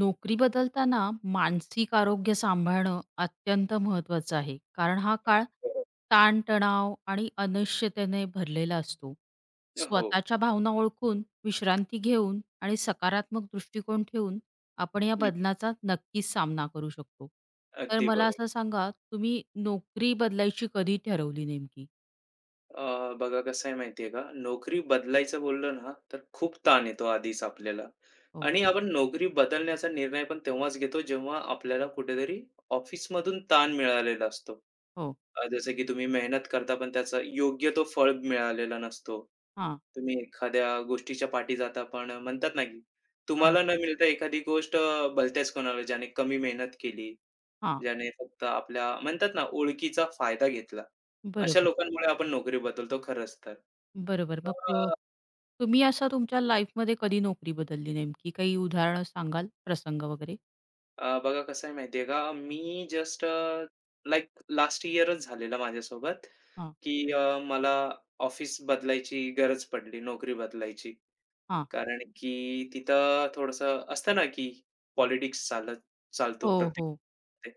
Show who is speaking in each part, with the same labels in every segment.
Speaker 1: नोकरी बदलताना मानसिक आरोग्य सांभाळणं अत्यंत महत्त्वाचं आहे कारण हा काळ ताणतणाव आणि अनिश्चिततेने भरलेला असतो.
Speaker 2: हो.
Speaker 1: स्वतःच्या भावना ओळखून विश्रांती घेऊन आणि सकारात्मक दृष्टिकोन ठेवून आपण या
Speaker 2: हं.
Speaker 1: बदलाचा नक्कीच सामना करू शकतो. तर
Speaker 2: अगदी
Speaker 1: मला
Speaker 2: बरोबर.
Speaker 1: असं सांगा, तुम्ही नोकरी बदलायची कधी ठरवली नेमकी?
Speaker 2: बघा कसं आहे माहिती का, नोकरी बदलायचं बोललं ना, तर खूप ताण येतो आधीच आपल्याला
Speaker 1: हो.
Speaker 2: आणि आपण नोकरी बदलण्याचा निर्णय पण तेव्हाच घेतो, जेव्हा आपल्याला कुठेतरी ऑफिसमधून ताण मिळालेला असतो.
Speaker 1: हो.
Speaker 2: जसं की तुम्ही मेहनत करता, पण त्याचा योग्य तो फळ मिळालेला नसतो.
Speaker 1: हां.
Speaker 2: तुम्ही एखाद्या गोष्टीच्या पाठी जाता, पण म्हणतात ना, की
Speaker 1: अ,
Speaker 2: तुम्हाला न मिळता एखादी गोष्ट भलत्याच कोणाला, ज्याने कमी मेहनत केली,
Speaker 1: हां.
Speaker 2: ज्याने फक्त आपल्या म्हणतात ना ओळखीचा फायदा घेतला. अशा
Speaker 1: बरोबर.
Speaker 2: लोकांमुळे आपण नोकरी बदलतो खरंच तर.
Speaker 1: बरोबर. मग
Speaker 2: तर अ,
Speaker 1: तुम्ही असा तुमच्या लाईफमध्ये कधी नोकरी बदलली नेमकी? काही उदाहरणं सांगाल? प्रसंग वगैरे?
Speaker 2: अ, बघा कसं आहे माहिती का? मी जस्ट लाइक लास्ट इयरच झालेलं माझ्यासोबत,
Speaker 1: हां,
Speaker 2: की मला ऑफिस बदलायची गरज पडली, नोकरी बदलायची.
Speaker 1: हां.
Speaker 2: कारण की तिथं थोडंसं असतं ना, की पॉलिटिक्स चालत चालतो
Speaker 1: हो,
Speaker 2: प्रत्येक.
Speaker 1: हो.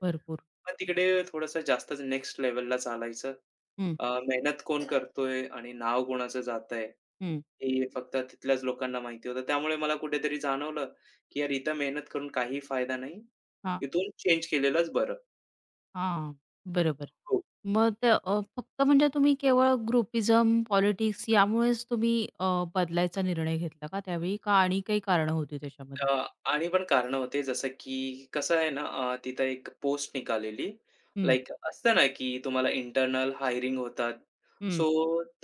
Speaker 1: भरपूर.
Speaker 2: मग तिकडे थोडंसं जास्तच नेक्स्ट लेव्हलला चालायचं.
Speaker 1: हं,
Speaker 2: मेहनत कोण करतोय आणि नाव कोणाचं जातंय,
Speaker 1: हं.
Speaker 2: हे फक्त तिथल्याच लोकांना माहिती होतं. त्यामुळे मला कुठेतरी जाणवलं, की यार इथं मेहनत करून काही फायदा नाही.
Speaker 1: हां,
Speaker 2: इथून चेंज केलेलंच बरं.
Speaker 1: हां. बरोबर.
Speaker 2: हो.
Speaker 1: मग ते फक्त म्हणजे तुम्ही केवळ ग्रुपिझम, पॉलिटिक्स यामुळेच तुम्ही अ, बदलायचा निर्णय घेतला का त्यावेळी? का आणि काही कारणं होती त्याच्यामध्ये?
Speaker 2: आणि पण कारणं होते जसं की कसं आहे ना, तिथं एक पोस्ट निघालेली.
Speaker 1: हं,
Speaker 2: लाइक असतं ना की तुम्हाला इंटर्नल हायरिंग होतात.
Speaker 1: हं,
Speaker 2: सो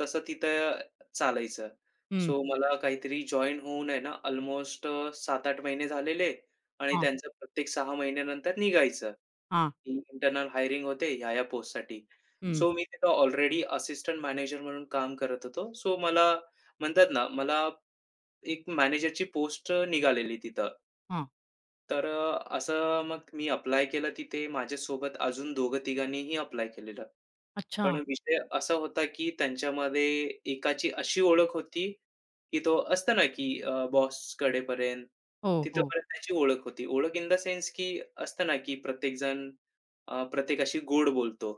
Speaker 2: तसं तिथं चालायचं.
Speaker 1: हं.
Speaker 2: सो मला काहीतरी जॉइन होऊन आहे ना अल्मोस्ट 7 महिने झालेले आणि
Speaker 1: हां,
Speaker 2: त्यांचं प्रत्येक 6 महिन्यानंतर निघायचं,
Speaker 1: हां.
Speaker 2: की इंटर्नल हायरिंग होते ह्या-ह्या पोस्टसाठी.
Speaker 1: हं,
Speaker 2: सो मी तिथं ऑलरेडी असिस्टंट मॅनेजर म्हणून काम करत होतो. सो मला म्हणतात ना, मला एक मॅनेजरची पोस्ट निघालेली तिथं.
Speaker 1: हां.
Speaker 2: असं मग मी अप्लाय केलं, तिथे माझ्यासोबत अजून दोघं-तिघांनीही अप्लाय केलेलं.
Speaker 1: अच्छा.
Speaker 2: पण विषय असा होता, की त्यांच्यामध्ये एकाची अशी ओळख होती, की तो असतो ना, की बॉसकडेपर्यंत
Speaker 1: हो, हो.
Speaker 2: तिथपर्यंत त्याची ओळख होती. ओळख इन द सेन्स, की असतं ना, की प्रत्येकजण प्रत्येकाशी गोड बोलतो.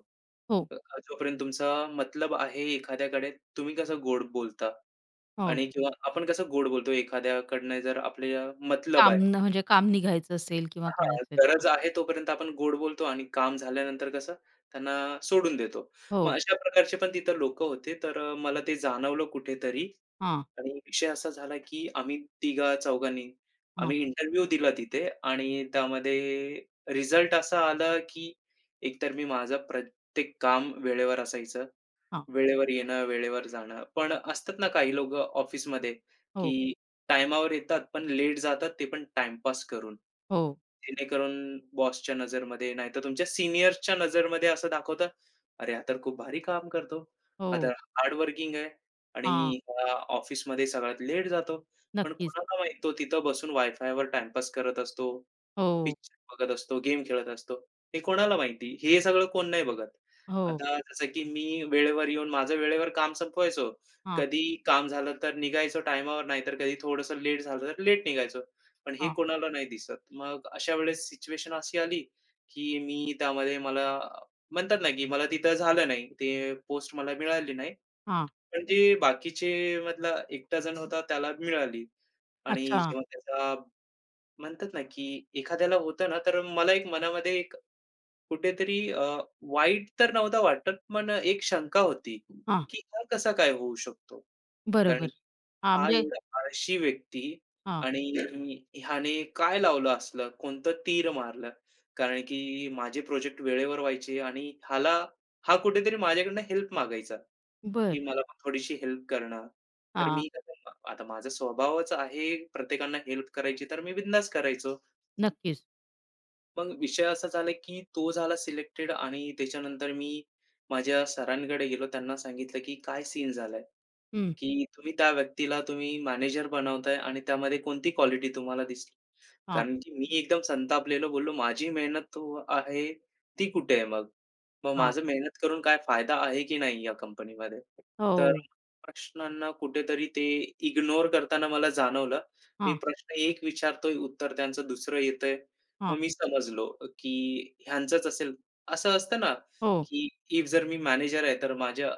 Speaker 1: हो,
Speaker 2: अ, जोपर्यंत तुमचा मतलब आहे एखाद्याकडे, तुम्ही कसं गोड बोलता
Speaker 1: हो.
Speaker 2: आणि किंवा आपण कसं गोड बोलतो एखाद्याकडनं जर आपल्याला मतलब आहे.
Speaker 1: म्हणजे काम निघायचं असेल किंवा
Speaker 2: हां,
Speaker 1: काय असेल. हां.
Speaker 2: गरज आहे तोपर्यंत आपण गोड बोलतो आणि काम झाल्यानंतर कसं त्यांना सोडून देतो. मग
Speaker 1: हो.
Speaker 2: अशा प्रकारचे पण तिथं लोकं होते. मला ते जाणवलं कुठेतरी
Speaker 1: हां.
Speaker 2: आणि विषय असा झाला, की आम्ही तिघा-चौघांनी
Speaker 1: हां,
Speaker 2: आम्ही इंटरव्ह्यू दिला तिथे आणि त्यामध्ये रिझल्ट असा आला, की एकतर मी माझं प्रत्येक काम वेळेवर असायचं.
Speaker 1: हां.
Speaker 2: वेळेवर येणं, वेळेवर जाणं. पण असतात ना काही लोकं ऑफिसमध्ये,
Speaker 1: हो,
Speaker 2: की टायमावर येतात, पण लेट जातात ते पण टाईमपास करून.
Speaker 1: हो,
Speaker 2: जेणेकरून बॉसच्या नजरमध्ये, नाहीतर तुमच्या सीनियर्सच्या नजरमध्ये असं दाखवतात, "अरे, हा तर खूप भारी काम करतो. हा तर
Speaker 1: हो.
Speaker 2: हार्ड वर्किंग आहे आणि
Speaker 1: हां,
Speaker 2: हा ऑफिसमध्ये सगळ्यात लेट जातो." पण
Speaker 1: नक्कीच.
Speaker 2: कोणाला माहीत तो तिथं बसून वायफायवर टाईमपास करत असतो.
Speaker 1: हो,
Speaker 2: पिक्चर बघत असतो, गेम खेळत असतो. हे कोणाला माहिती? हे सगळं कोण नाही बघत.
Speaker 1: हो.
Speaker 2: आता जसं की मी वेळेवर येऊन माझं वेळेवर काम संपवायचो.
Speaker 1: हां,
Speaker 2: कधी काम झालं तर निघायचो टायमावर, नाहीतर कधी थोडंसं लेट झालं तर लेट निघायचो. पण हे
Speaker 1: हां,
Speaker 2: कोणाला नाही दिसत. मग अशा वेळेस सिच्युएशन अशी आली, की मी त्यामध्ये मला म्हणतात ना, की मला तिथं झालं नाही. ते पोस्ट मला मिळाली नाही.
Speaker 1: हां.
Speaker 2: पण जे बाकीचे मधला एकटा जण होता त्याला मिळाली आणि
Speaker 1: अच्छा.
Speaker 2: जेव्हा त्याचा म्हणतात ना, की एखाद्याला होतं ना, तर मला एक मनामध्ये एक कुठेतरी वाईट तर नव्हता वाटत, पण एक शंका होती,
Speaker 1: हां,
Speaker 2: की हा कसा काय होऊ शकतो? कारण
Speaker 1: बरोबर.
Speaker 2: की
Speaker 1: हां,
Speaker 2: हा
Speaker 1: म्हणजे
Speaker 2: एवढा आळशी व्यक्ती
Speaker 1: हां,
Speaker 2: आणि ह्याने काय लावलं असलं? कोणतं तीर मारलं? कारण की माझे प्रोजेक्ट वेळेवर व्हायचे आणि ह्याला, हा कुठेतरी माझ्याकडनं हेल्प मागायचा,
Speaker 1: बरं.
Speaker 2: की मला पण थोडीशी हेल्प कर. तर
Speaker 1: हां,
Speaker 2: मी कसं, आता माझा स्वभावच आहे प्रत्येकांना हेल्प करायची, तर मी बिंदास करायचो.
Speaker 1: नक्कीच.
Speaker 2: मग विषय असा झाला, की तो झाला सिलेक्टेड आणि त्याच्यानंतर मी माझ्या सरांकडे गेलो. त्यांना सांगितलं, की काय सीन झालाय?
Speaker 1: हं.
Speaker 2: की तुम्ही त्या व्यक्तीला तुम्ही मॅनेजर बनवताय आणि त्यामध्ये कोणती क्वालिटी तुम्हाला दिसली?
Speaker 1: हां,
Speaker 2: कारण की मी एकदम संतापलेलो बोललो, "माझी मेहनत तो आहे, ती कुठे आहे मग? मग
Speaker 1: हां.
Speaker 2: माझं मेहनत करून काय फायदा आहे की नाही या कंपनीमध्ये?" तर
Speaker 1: हो.
Speaker 2: प्रश्नांना कुठेतरी ते इग्नोर करताना मला जाणवलं. मी
Speaker 1: हां,
Speaker 2: प्रश्न एक विचारतोय, उत्तर त्यांचं दुसरं येतंय.
Speaker 1: हां.
Speaker 2: मग मी समजलो की ह्यांचंच असेल. असं असतं ना,
Speaker 1: हो,
Speaker 2: की इफ जर मी मॅनेजर आहे, तर माझ्या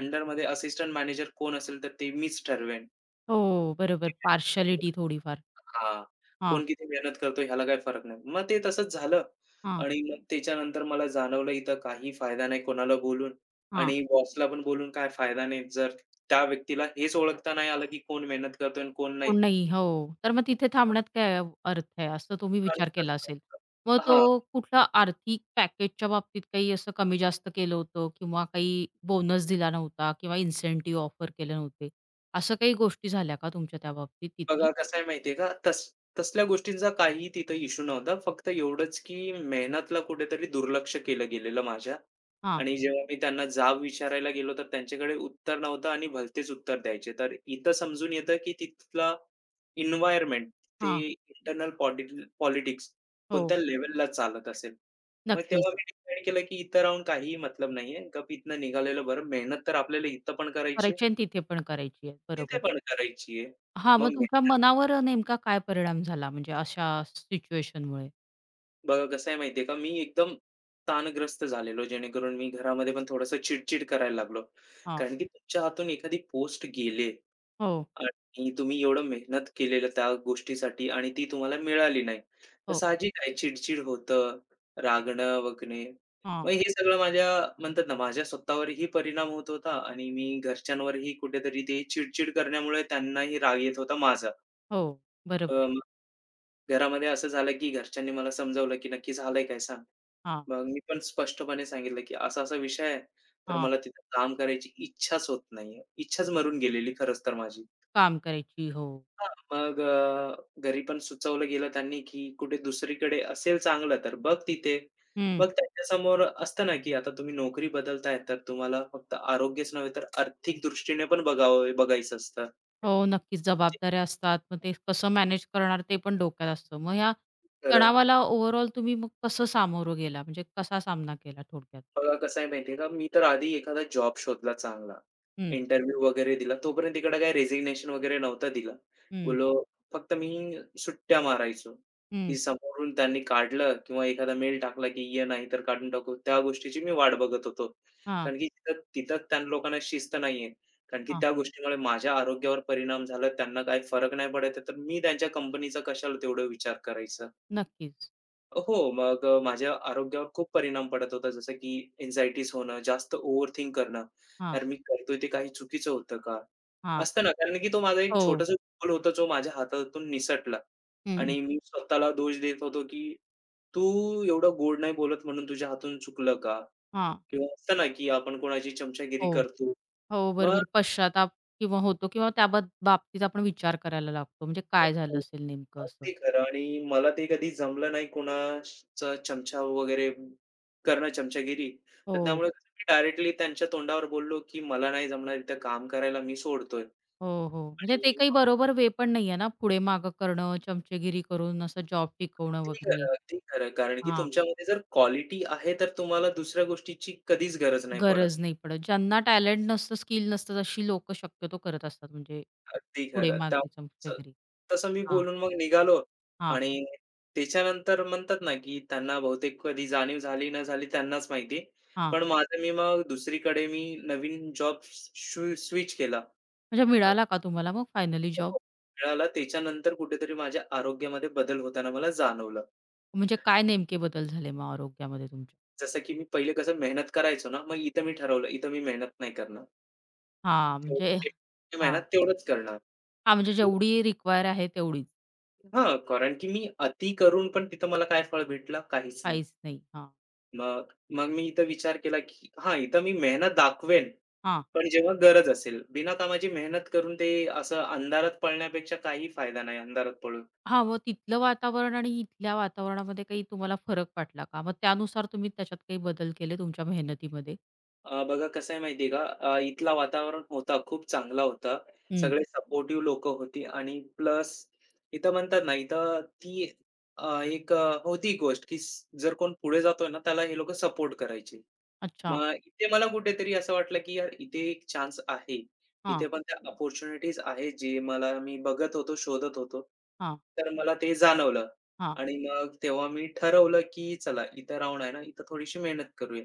Speaker 2: अंडरमध्ये असिस्टंट मॅनेजर कोण असेल तर ते मीच ठरवेन.
Speaker 1: हो. बरोबर. पार्शालिटी थोडीफार.
Speaker 2: हां.
Speaker 1: हां,
Speaker 2: कोण किती मेहनत करतो ह्याला काही फरक नाही. मग ते तसंच झालं
Speaker 1: हां,
Speaker 2: आणि मग त्याच्यानंतर मला जाणवलं इथं काही फायदा नाही कोणाला बोलून
Speaker 1: हां.
Speaker 2: आणि बॉसला पण बोलून काय फायदा नाही. जर त्या व्यक्तीला हेच ओळखता नाही आलं, की कोण मेहनत करतोय आणि कोण नाही.
Speaker 1: हो, नाही. हो. तर मग तिथे थांबण्यात काय अर्थ आहे, असं तुम्ही
Speaker 2: आणि
Speaker 1: विचार केला
Speaker 2: तसं,
Speaker 1: असेल. मग तो
Speaker 2: हा
Speaker 1: कुठला आर्थिक पॅकेजच्या बाबतीत काही असं कमी जास्त केलं होतं किंवा काही बोनस दिला नव्हता किंवा इन्सेंटिव्ह ऑफर केले नव्हते. असं काही गोष्टी झाल्या का तुमच्या त्या बाबतीत तिथे?
Speaker 2: बघा कसं आहे माहिती का, तसल्या गोष्टींचा काही तिथं इश्यू नव्हता. फक्त एवढंच की मेहनतला कुठेतरी दुर्लक्ष केलं गेलेलं माझ्या
Speaker 1: हां,
Speaker 2: आणि जेव्हा मी त्यांना जाब विचारायला गेलो, तर त्यांच्याकडे उत्तर नव्हतं आणि भलतेच उत्तर द्यायचे. तर इथं समजून येतं की तिथला एन्व्हायर्नमेंट ते
Speaker 1: हां.
Speaker 2: इंटरनल पॉलिट पॉलिटिक्स
Speaker 1: हो,
Speaker 2: कोणत्या लेव्हलला चालत असेल. मग
Speaker 1: नक्कीच.
Speaker 2: तेव्हा मी डिसाईड केलं की इथं राहून काहीही मतलब नाहीये. गप इथनं निघालेलं बरं. मेहनत तर आपल्याला इथं पण करायची आहे,
Speaker 1: करायची आणि तिथे पण करायची आहे.
Speaker 2: तिथे
Speaker 1: बरोबर.
Speaker 2: पण करायची आहे.
Speaker 1: हां, मग
Speaker 2: मग
Speaker 1: तुमच्या
Speaker 2: मेहनत
Speaker 1: मनावर नेमका काय परिणाम झाला म्हणजे अशा सिच्युएशनमुळे?
Speaker 2: बघा कसं आहे माहितीये का, मी एकदम ताणग्रस्त झालेलो, जेणेकरून मी घरामध्ये पण थोडंसं चिड-चिड करायला लागलो.
Speaker 1: हां.
Speaker 2: कारण की तुमच्या हातून एखादी पोस्ट गेले
Speaker 1: हो,
Speaker 2: आणि तुम्ही एवढं मेहनत केलेलं त्या गोष्टीसाठी आणि ती तुम्हाला मिळाली नाही. तर
Speaker 1: हो.
Speaker 2: साहजिक आहे चिड होतं, रागणं वगैरे. मग
Speaker 1: हां.
Speaker 2: हे सगळं माझ्या म्हणतात ना, माझ्या स्वतःवरही परिणाम होत होता आणि मी घरच्यांवरही कुठेतरी ते चिड करण्यामुळे त्यांनाही राग येत होता माझा.
Speaker 1: हो, बरोबर
Speaker 2: मग
Speaker 1: आहे.
Speaker 2: घरामध्ये असं झालं की घरच्यांनी मला समजावलं, की "नक्की झालंय काय सांग?"
Speaker 1: हां,
Speaker 2: मग मी पण स्पष्टपणे सांगितलं, की असा-असा विषय आहे, तर
Speaker 1: हां.
Speaker 2: मला तिथं काम करायची इच्छाच होत नाहीये. इच्छाच मरून गेलेली खरंच तर माझी.
Speaker 1: काम करायची. हो.
Speaker 2: हां. मग घरी पण सुचवलं गेलं त्यांनी, की कुठे दुसरीकडे असेल चांगलं तर बघ तिथे.
Speaker 1: हं.
Speaker 2: मग त्यांच्यासमोर असतं ना, की आता तुम्ही नोकरी बदलताय तर तुम्हाला फक्त आरोग्यच नव्हे तर आर्थिक दृष्टीने पण बघायचं असतं.
Speaker 1: हो, नक्कीच जबाबदाऱ्या असतात. मग ते कसं मॅनेज करणार ते पण डोक्यात असतं. मग ह्या
Speaker 2: खरं.
Speaker 1: तणावाला ओव्हरऑल तुम्ही मग कसं सामोरं गेला? म्हणजे कसा सामना केला थोडक्यात?
Speaker 2: बघा कसं आहे माहिती का, मी तर आधी एखादा जॉब शोधला चांगला.
Speaker 1: हं,
Speaker 2: इंटरव्ह्यू वगैरे दिला. तोपर्यंत इकडे काही रेझिग्नेशन वगैरे नव्हतं दिलं.
Speaker 1: हं,
Speaker 2: बोलो फक्त मी सुट्ट्या मारायचो, की
Speaker 1: हं.
Speaker 2: समोरून त्यांनी काढलं किंवा एखादा मेल टाकला, की "ये नाहीतर काढून टाकू." त्या गोष्टीची मी वाट बघत होतो.
Speaker 1: हां,
Speaker 2: कारण की तिथं तिथं त्या लोकांना शिस्त नाहीये. कारण की
Speaker 1: हां.
Speaker 2: त्या गोष्टीमुळे माझ्या आरोग्यावर परिणाम झाला. त्यांना काही फरक नाही पडत आहे, तर मी त्यांच्या कंपनीचा कशाला तेवढं विचार करायचा?
Speaker 1: नक्कीच.
Speaker 2: हो, मग माझ्या आरोग्यावर खूप परिणाम पडत होता. जसं की एन्झायटीज होणं, जास्त ओव्हरथिंक करणं.
Speaker 1: हां,
Speaker 2: यार मी करतोय ते काही चुकीचं होतं का?
Speaker 1: हां.
Speaker 2: असतं ना, कारण की तो माझा एक
Speaker 1: हो.
Speaker 2: छोटासा गोल होता जो माझ्या हातातून निसटला
Speaker 1: हं.
Speaker 2: आणि मी स्वतःला दोष देत होतो की तू एवढं गोड नाही बोलत म्हणून तुझ्या हातून चुकलं का?
Speaker 1: हां.
Speaker 2: किंवा असतं ना, की आपण कोणाची चमचागिरी
Speaker 1: हो.
Speaker 2: करतो.
Speaker 1: हो, बरोबर. पश्चाताप किंवा होतो किंवा त्या बाबतीत आपण विचार करायला लागतो. म्हणजे काय झालं
Speaker 2: मग
Speaker 1: असेल नेमकं असं?
Speaker 2: अगदी खरं आणि मला ते कधी जमलं नाही कोणाचा चमचा वगैरे करणं, चमचागिरी. तर
Speaker 1: हो.
Speaker 2: त्यामुळे कसं मी डायरेक्टली त्यांच्या तोंडावर बोललो, की "मला नाही जमणार इथं काम करायला, मी सोडतोय."
Speaker 1: हो, हो. म्हणजे ते
Speaker 2: आणि
Speaker 1: काही
Speaker 2: मग
Speaker 1: बरोबर वे पण नाहीये ना, पुढे मागं करणं, चमचेगिरी करून असं जॉब टिकवणं
Speaker 2: ते
Speaker 1: वगैरे.
Speaker 2: खरं, अगदी खरं. कारण की
Speaker 1: हां.
Speaker 2: तुमच्यामध्ये जर क्वालिटी आहे, तर तुम्हाला दुसऱ्या गोष्टीची कधीच गरज नाही पडत.
Speaker 1: गरज नाही पडत. ज्यांना टॅलेंट नसतं, स्किल नसतं, अशी लोकं शक्यतो करत असतात म्हणजे
Speaker 2: अगदी खरं. त्या
Speaker 1: पुढे-मागे
Speaker 2: तसं
Speaker 1: वगैरे.
Speaker 2: तसं मी
Speaker 1: हां,
Speaker 2: बोलून मग निघालो
Speaker 1: हां,
Speaker 2: आणि त्याच्यानंतर म्हणतात ना, की त्यांना बहुतेक कधी जाणीव झाली न झाली त्यांनाच माहिती.
Speaker 1: हां.
Speaker 2: पण माझं मी मग दुसरीकडे मी नवीन जॉब स्विच केला
Speaker 1: म्हणजे
Speaker 2: आणि
Speaker 1: मिळाला का तुम्हाला मग फायनली जॉब?
Speaker 2: तो मिळाला त्याच्यानंतर कुठेतरी माझ्या आरोग्यामध्ये बदल होताना मला जाणवलं.
Speaker 1: म्हणजे काय नेमके बदल झाले मग आरोग्यामध्ये तुमच्या?
Speaker 2: जसं की मी पहिले कसं मेहनत करायचो ना, मग इथं मी ठरवलं, इथं मी मेहनत नाही करणार.
Speaker 1: हां, म्हणजे
Speaker 2: जेवढी
Speaker 1: हां.
Speaker 2: मेहनत तेवढंच करणार.
Speaker 1: हां, म्हणजे जेवढी रिक्वायर आहे तेवढीच,
Speaker 2: हां, कारण की मी अति करून पण तिथं मला काय फळ भेटलं? काहीच नाही.
Speaker 1: काहीच नाही. हां,
Speaker 2: मग मग मी इथं विचार केला, की हां, इथं मी मेहनत दाखवेन,
Speaker 1: हां.
Speaker 2: पण जेव्हा गरज असेल. बिनकामाची मेहनत करून ते असं अंधारात पळण्यापेक्षा काही फायदा नाही अंधारात पळून.
Speaker 1: हां, मग तिथलं वातावरण आणि इथल्या वातावरणामध्ये काही तुम्हाला फरक वाटला का? मग त्यानुसार तुम्ही त्याच्यात काही बदल केले तुमच्या मेहनतीमध्ये?
Speaker 2: बघा कसं आहे माहिती आहे का? इथला वातावरण होता, खूप चांगला होता.
Speaker 1: हं.
Speaker 2: सगळे सपोर्टिव्ह लोकं होती आणि प्लस इथं म्हणतात ना, इथं ती अ, एक अ, होती गोष्ट, की जर कोण पुढे जातोय ना, त्याला हे लोकं सपोर्ट करायचे.
Speaker 1: अच्छा.
Speaker 2: मग इथे मला कुठेतरी असं वाटलं, की यार इथे एक चान्स आहे. इथे
Speaker 1: हां,
Speaker 2: पण त्या अपॉर्च्युनिटीज आहेत, जे मला मी बघत होतो, शोधत होतो.
Speaker 1: हां,
Speaker 2: तर मला ते जाणवलं
Speaker 1: हां.
Speaker 2: आणि मग तेव्हा मी ठरवलं, की चला इथं राहून आहे ना, इथं थोडीशी मेहनत करूया.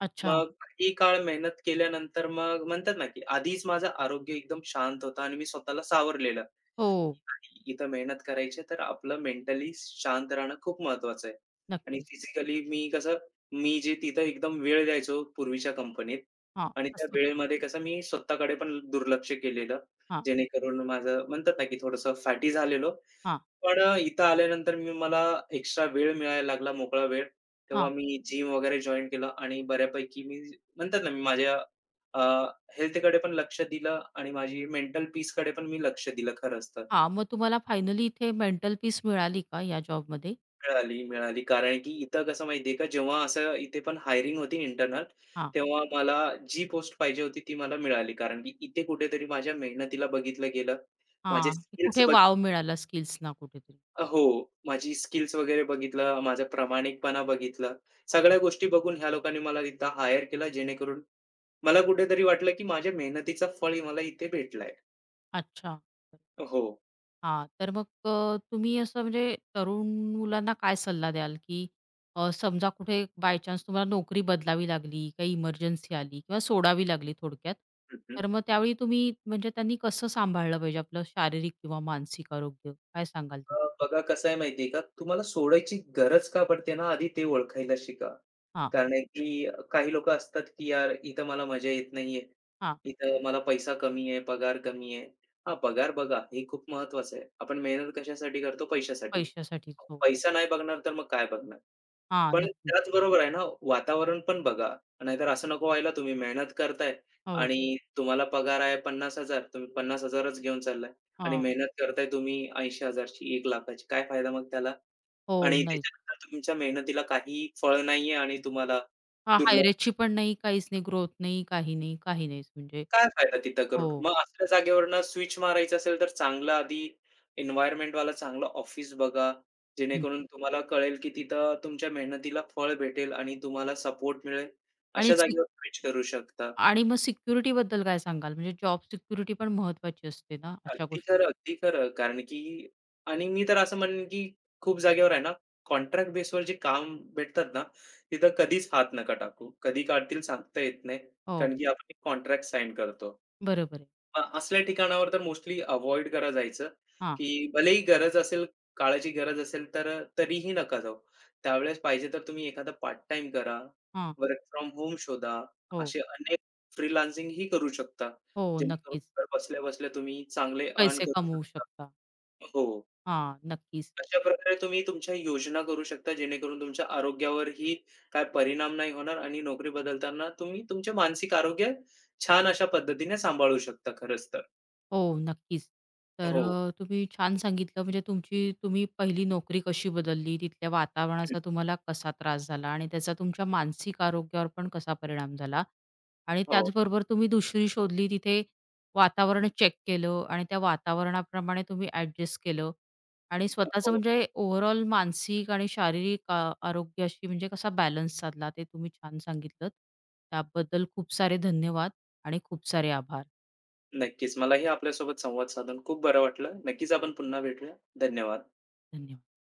Speaker 1: अच्छा.
Speaker 2: मग काही काळ मेहनत केल्यानंतर मग म्हणतात ना, की आधीच माझं आरोग्य एकदम शांत होतं आणि मी स्वतःला सावरलेलं.
Speaker 1: हो,
Speaker 2: इथं मेहनत करायची आहे, तर आपलं मेंटली शांत राहणं खूप महत्वाचं आहे. आणि
Speaker 1: नक्कीच.
Speaker 2: फिजिकली मी कसं मी जे तिथं एकदम वेळ द्यायचो पूर्वीच्या कंपनीत
Speaker 1: हां,
Speaker 2: आणि त्या
Speaker 1: असं.
Speaker 2: वेळेमध्ये कसं मी स्वतःकडे पण दुर्लक्ष केलेलं.
Speaker 1: हां,
Speaker 2: जेणेकरून माझं म्हणतात ना, की थोडंसं फॅटी झालेलो.
Speaker 1: हां,
Speaker 2: पण इथं आल्यानंतर मी मला एक्स्ट्रा वेळ मिळायला लागला, मोकळा वेळ. तेव्हा
Speaker 1: हां,
Speaker 2: मी जिम वगैरे जॉइन केलं आणि बऱ्यापैकी मी म्हणतात ना, मी माझ्या हेल्थकडे पण लक्ष दिलं आणि माझी मेंटल पीसकडे पण मी लक्ष दिलं खरंच तर.
Speaker 1: हां. मग तुम्हाला फायनली इथे मेंटल पीस मिळाली का या जॉबमध्ये?
Speaker 2: मिळाली, मिळाली. कारण की इथं कसं माहिती आहे का, जेव्हा असं इथे पण हायरिंग होती इंटरनल,
Speaker 1: हां,
Speaker 2: तेव्हा मला जी पोस्ट पाहिजे होती ती मला मिळाली. कारण की इथे कुठेतरी माझ्या मेहनतीला बघितलं गेलं. माझे
Speaker 1: हां.
Speaker 2: स्किल्स
Speaker 1: कुठे
Speaker 2: बघ
Speaker 1: वाव मिळाला स्किल्सना कुठेतरी.
Speaker 2: हो, माझी स्किल्स वगैरे बघितलं, माझा प्रामाणिकपणा बघितला. सगळ्या गोष्टी बघून ह्या लोकांनी मला इथं हायर केलं, जेणेकरून मला कुठेतरी वाटलं, की माझ्या मेहनतीचा फळ मला इथे भेटलाय.
Speaker 1: अच्छा.
Speaker 2: हो.
Speaker 1: हां, तर मग तुम्ही असं म्हणजे तरुण मुलांना काय सल्ला द्याल, की समजा कुठे बाय चान्स तुम्हाला नोकरी बदलावी लागली, काही इमर्जन्सी आली किंवा सोडावी लागली थोडक्यात,
Speaker 2: हं,
Speaker 1: तर मग त्यावेळी तुम्ही म्हणजे त्यांनी कसं सांभाळलं पाहिजे आपलं शारीरिक किंवा मानसिक आरोग्य? काय सांगाल त्याबद्दल?
Speaker 2: बघा कसं आहे माहिती आहे का, तुम्हाला सोडायची गरज का पडते ना, आधी ते ओळखायला शिका. कारण आहे की काही लोकं असतात की यार इथं मला मजा येत नाहीये.
Speaker 1: हां.
Speaker 2: इथं मला पैसा कमी आहे, पगार कमी आहे. हां, पगार बघा हे खूप महत्त्वाचं आहे. आपण मेहनत कशासाठी करतो? पैशासाठी.
Speaker 1: पैशासाठीच. हो.
Speaker 2: पैसा नाही बघणार तर मग काय बघणार?
Speaker 1: हां,
Speaker 2: पण
Speaker 1: नक्कीच.
Speaker 2: त्याचबरोबर आहे ना, वातावरण पण बघा. नाहीतर असं नको व्हायला, तुम्ही मेहनत करताय
Speaker 1: हो,
Speaker 2: आणि तुम्हाला पगार आहे 50,000, तुम्ही 50,000च घेऊन चाललाय आणि
Speaker 1: हां.
Speaker 2: मेहनत करताय तुम्ही 80,000 ची, 1,00,000 ची. काय फायदा मग त्याला?
Speaker 1: हो,
Speaker 2: आणि
Speaker 1: नाहीच.
Speaker 2: त्याच्यानंतर तुमच्या मेहनतीला काही फळ नाहीये आणि तुम्हाला
Speaker 1: हां,
Speaker 2: दुर्लक्ष.
Speaker 1: हायरेजची पण नाही, काहीच नाही, ग्रोथ नाही, काही नाही, काही नाहीच म्हणजे
Speaker 2: काय फायदा तिथं
Speaker 1: हो.
Speaker 2: करून? मग असल्या जागेवरनं स्विच मारायचं असेल तर चांगलं आधी एन्व्हायर्नमेंटवाला चांगलं ऑफिस बघा,
Speaker 1: हं.
Speaker 2: जेणेकरून तुम्हाला कळेल की तिथं तुमच्या मेहनतीला फळ भेटेल आणि तुम्हाला सपोर्ट मिळेल.
Speaker 1: आणि
Speaker 2: अशा
Speaker 1: सिक
Speaker 2: जागेवर स्विच करू शकता.
Speaker 1: आणि मग सिक्युरिटीबद्दल काय सांगाल? म्हणजे जॉब सिक्युरिटी पण महत्वाची असते ना अशा
Speaker 2: अगदी
Speaker 1: गोष्टी?
Speaker 2: खरं, अगदी खरं. कारण की आणि मी तर असं म्हणेन की खूप जागेवर आहे ना, कॉन्ट्रॅक्ट बेसवर जे काम भेटतात ना, तिथं कधीच हात नका टाकू. कधी काढतील सांगता येत नाही.
Speaker 1: हो,
Speaker 2: कारण की आपण कॉन्ट्रॅक्ट साइन करतो.
Speaker 1: बरोबर आहे.
Speaker 2: असल्या ठिकाणावर तर मोस्टली अव्हॉइड करा जायचं,
Speaker 1: हां,
Speaker 2: की भलेही गरज असेल, काळाची गरज असेल तर तरीही नका जाऊ. त्यावेळेस पाहिजे तर तुम्ही एखादा पार्ट टाइम करा,
Speaker 1: हां.
Speaker 2: वर्क फ्रॉम होम शोधा.
Speaker 1: हो,
Speaker 2: असे अनेक फ्रीलान्सिंग ही करू शकता.
Speaker 1: हो,
Speaker 2: जेणेकरून
Speaker 1: नक्कीच.
Speaker 2: घर बसल्या-बसल्या तुम्ही चांगले अर्न
Speaker 1: पैसे
Speaker 2: करू
Speaker 1: कमवू
Speaker 2: शकता.
Speaker 1: शकता.
Speaker 2: हो.
Speaker 1: हा नक्कीच.
Speaker 2: अशा प्रकारे तुम्ही तुमच्या योजना करू शकता, जेणेकरून तुमच्या आरोग्यावरही काय परिणाम नाही होणार आणि नोकरी बदलताना तुम्ही तुमचे मानसिक आरोग्य छान अशा पद्धतीने सांभाळू शकता खरंच तर.
Speaker 1: हो, नक्कीच. तर
Speaker 2: हो.
Speaker 1: तुम्ही छान सांगितलं म्हणजे तुमची तुम्ही पहिली नोकरी कशी बदलली, तिथल्या वातावरणाचा तुम्हाला कसा त्रास झाला आणि त्याचा तुमच्या मानसिक आरोग्यावर पण कसा परिणाम झाला आणि
Speaker 2: हो,
Speaker 1: त्याचबरोबर तुम्ही दुसरी शोधली, तिथे वातावरण चेक केलं आणि त्या वातावरणाप्रमाणे तुम्ही ॲडजस्ट केलं आणि स्वतःचं
Speaker 2: हो.
Speaker 1: म्हणजे ओव्हरऑल मानसिक आणि शारीरिक आरोग्याशी म्हणजे कसा बॅलन्स साधला ते तुम्ही छान सांगितलंत. त्याबद्दल खूप सारे धन्यवाद आणि खूप सारे आभार.
Speaker 2: नक्कीच. मलाही आपल्यासोबत संवाद साधून खूप बरं वाटलं. नक्कीच आपण पुन्हा भेटूया. धन्यवाद.
Speaker 1: धन्यवाद.